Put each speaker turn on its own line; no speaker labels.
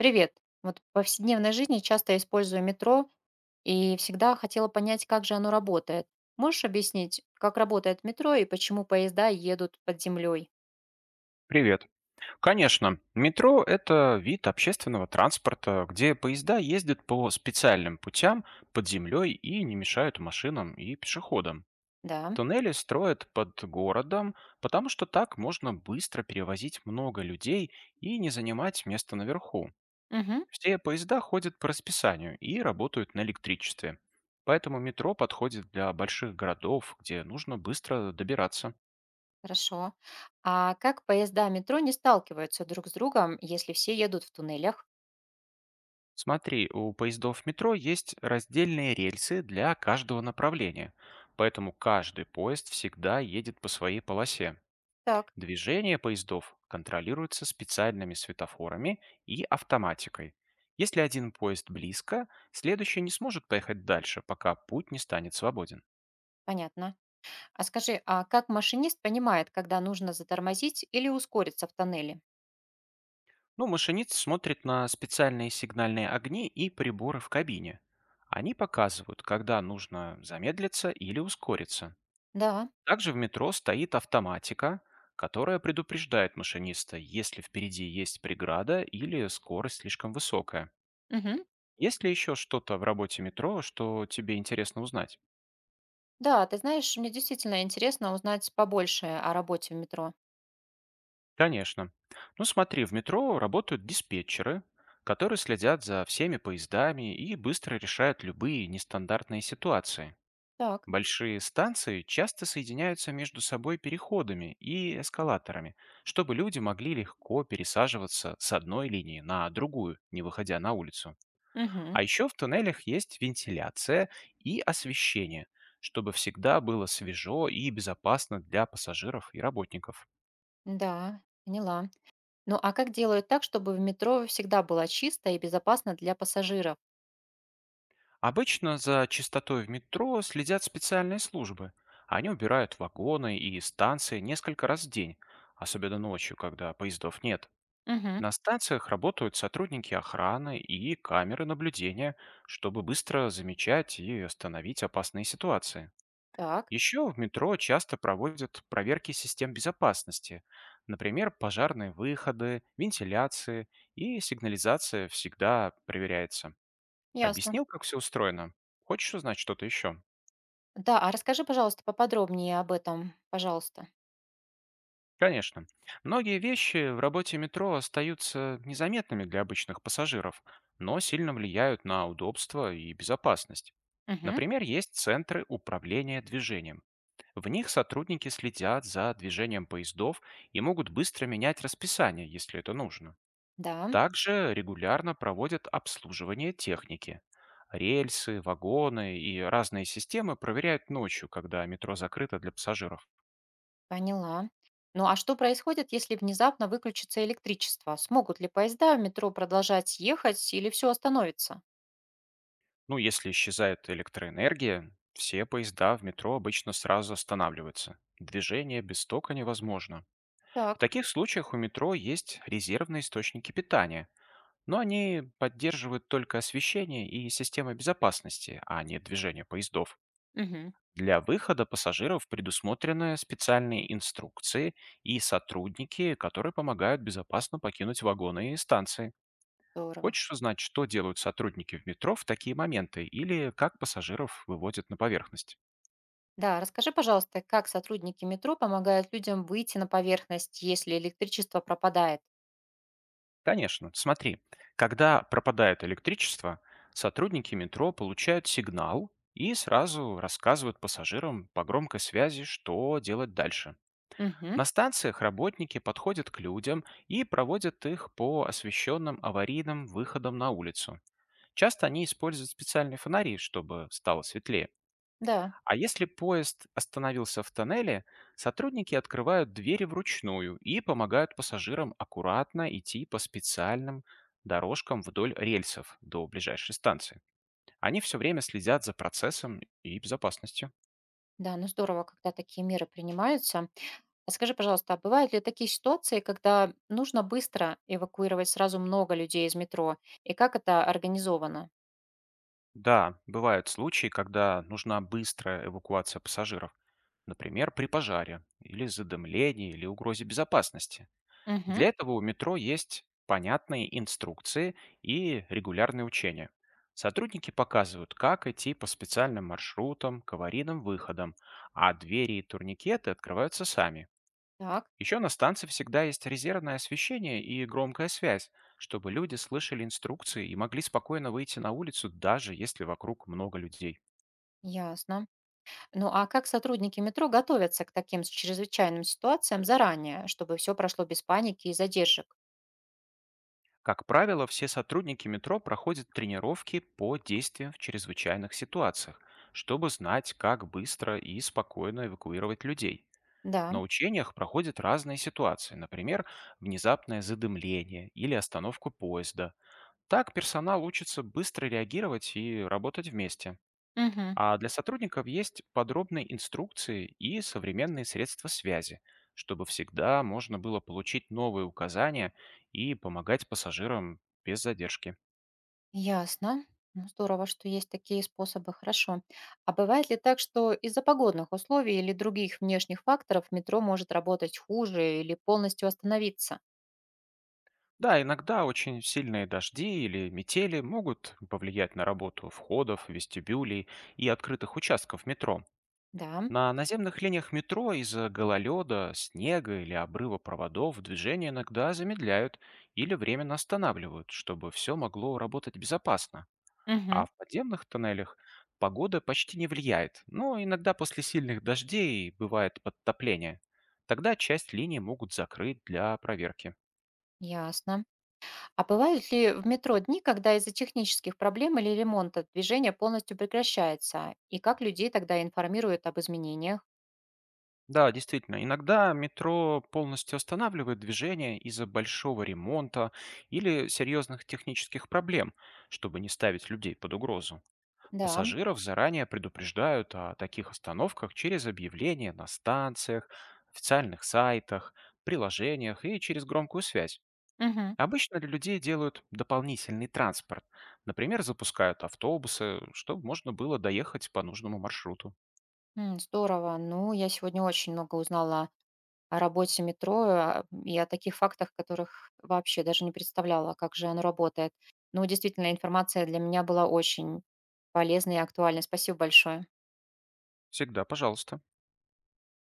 Привет. Вот в повседневной жизни часто я использую метро и всегда хотела понять, как же оно работает. Можешь объяснить, как работает метро и почему поезда едут под землей?
Привет. Конечно, метро– это вид общественного транспорта, где поезда ездят по специальным путям под землей и не мешают машинам и пешеходам.
Да.
Туннели строят под городом, потому что так можно быстро перевозить много людей и не занимать место наверху.
Угу.
Все поезда ходят по расписанию и работают на электричестве. Поэтому метро подходит для больших городов, где нужно быстро добираться.
Хорошо. А как поезда метро не сталкиваются друг с другом, если все едут в туннелях?
Смотри, у поездов метро есть раздельные рельсы для каждого направления, поэтому каждый поезд всегда едет по своей полосе.
Так,
Движение поездов контролируется специальными светофорами и автоматикой. Если один поезд близко, следующий не сможет поехать дальше, пока путь не станет свободен.
понятно. А скажи, а как машинист понимает, когда нужно затормозить или ускориться в тоннеле?
Ну, машинист смотрит на специальные сигнальные огни и приборы в кабине. Они показывают, когда нужно замедлиться или ускориться.
Да.
Также в метро стоит автоматика, которая предупреждает машиниста, если впереди есть преграда или скорость слишком высокая.
Угу.
Есть ли еще что-то в работе метро, что тебе интересно узнать?
Да, ты знаешь, мне действительно интересно узнать побольше о работе в метро.
Конечно. Ну смотри, в метро работают диспетчеры, которые следят за всеми поездами и быстро решают любые нестандартные ситуации.
Так.
Большие станции часто соединяются между собой переходами и эскалаторами, чтобы люди могли легко пересаживаться с одной линии на другую, не выходя на улицу.
Мгм.
А еще в туннелях есть вентиляция и освещение, чтобы всегда было свежо и безопасно для пассажиров и работников.
Да, поняла. Ну а как делают так, чтобы в метро всегда было чисто и безопасно для пассажиров?
Обычно за чистотой в метро следят специальные службы. Они убирают вагоны и станции несколько раз в день, особенно ночью, когда поездов нет.
Мгм.
На станциях работают сотрудники охраны и камеры наблюдения, чтобы быстро замечать и остановить опасные ситуации.
Так,
Еще в метро часто проводят проверки систем безопасности, например, пожарные выходы, вентиляции и сигнализация всегда проверяется.
ясно.
Объяснил, как все устроено? Хочешь узнать что-то еще?
Да, а расскажи, пожалуйста, поподробнее об этом, пожалуйста.
Конечно. Многие вещи в работе метро остаются незаметными для обычных пассажиров, но сильно влияют на удобство и безопасность.
Мгм.
Например, есть центры управления движением. В них сотрудники следят за движением поездов и могут быстро менять расписание, если это нужно.
Да,
Также регулярно проводят обслуживание техники. Рельсы, вагоны и разные системы проверяют ночью, когда метро закрыто для пассажиров.
поняла. Ну а что происходит, если внезапно выключится электричество? Смогут ли поезда в метро продолжать ехать или все остановится?
Ну, если исчезает электроэнергия, все поезда в метро обычно сразу останавливаются. Движение без тока невозможно. В
Так.
таких случаях у метро есть резервные источники питания, но они поддерживают только освещение и системы безопасности, а не движение поездов.
Мгм.
Для выхода пассажиров предусмотрены специальные инструкции и сотрудники, которые помогают безопасно покинуть вагоны и станции.
Здорово.
Хочешь узнать, что делают сотрудники в метро в такие моменты или как пассажиров выводят на поверхность?
Да, расскажи, пожалуйста, как сотрудники метро помогают людям выйти на поверхность, если электричество пропадает?
Конечно, смотри, когда пропадает электричество, сотрудники метро получают сигнал и сразу рассказывают пассажирам по громкой связи, что делать дальше.
Мгм.
На станциях работники подходят к людям и проводят их по освещенным аварийным выходам на улицу. Часто они используют специальные фонари, чтобы стало светлее.
Да,
А если поезд остановился в тоннеле, сотрудники открывают двери вручную и помогают пассажирам аккуратно идти по специальным дорожкам вдоль рельсов до ближайшей станции. Они все время следят за процессом и безопасностью.
да, ну здорово, когда такие меры принимаются. А скажи, пожалуйста, а бывают ли такие ситуации, когда нужно быстро эвакуировать сразу много людей из метро? И как это организовано?
Да, бывают случаи, когда нужна быстрая эвакуация пассажиров. Например, при пожаре или задымлении или угрозе безопасности.
Угу,
Для этого у метро есть понятные инструкции и регулярные учения. Сотрудники показывают, как идти по специальным маршрутам, к аварийным выходам, а двери и турникеты открываются сами.
так,
Еще на станции всегда есть резервное освещение и громкая связь, чтобы люди слышали инструкции и могли спокойно выйти на улицу, даже если вокруг много людей.
ясно. Ну а как сотрудники метро готовятся к таким чрезвычайным ситуациям заранее, чтобы все прошло без паники и задержек?
Как правило, все сотрудники метро проходят тренировки по действиям в чрезвычайных ситуациях, чтобы знать, как быстро и спокойно эвакуировать людей. На
Да.
учениях проходят разные ситуации, например, внезапное задымление или остановку поезда. Так персонал учится быстро реагировать и работать вместе.
Угу.
А для сотрудников есть подробные инструкции и современные средства связи, чтобы всегда можно было получить новые указания и помогать пассажирам без задержки.
Ясно. Ну, здорово, что есть такие способы, хорошо. А бывает ли так, что из-за погодных условий или других внешних факторов метро может работать хуже или полностью остановиться?
Да, иногда очень сильные дожди или метели могут повлиять на работу входов, вестибюлей и открытых участков метро.
Да.
На наземных линиях метро из-за гололеда, снега или обрыва проводов движение иногда замедляют или временно останавливают, чтобы все могло работать безопасно. А
Мгм.
в подземных тоннелях погода почти не влияет, но иногда после сильных дождей бывает подтопление. Тогда часть линий могут закрыть для проверки.
Ясно. А бывают ли в метро дни, когда из-за технических проблем или ремонта движение полностью прекращается? И как людей тогда информируют об изменениях?
Да, действительно, иногда метро полностью останавливает движение из-за большого ремонта или серьезных технических проблем, чтобы не ставить людей под угрозу.
Да.
Пассажиров заранее предупреждают о таких остановках через объявления на станциях, официальных сайтах, приложениях и через громкую связь.
Мгм.
Обычно для людей делают дополнительный транспорт. Например, запускают автобусы, чтобы можно было доехать по нужному маршруту.
М, здорово. Ну, я сегодня очень много узнала о работе метро, а, и о таких фактах, которых вообще даже не представляла, как же оно работает. Ну, действительно, информация для меня была очень полезной и актуальной. Спасибо большое.
Всегда, пожалуйста.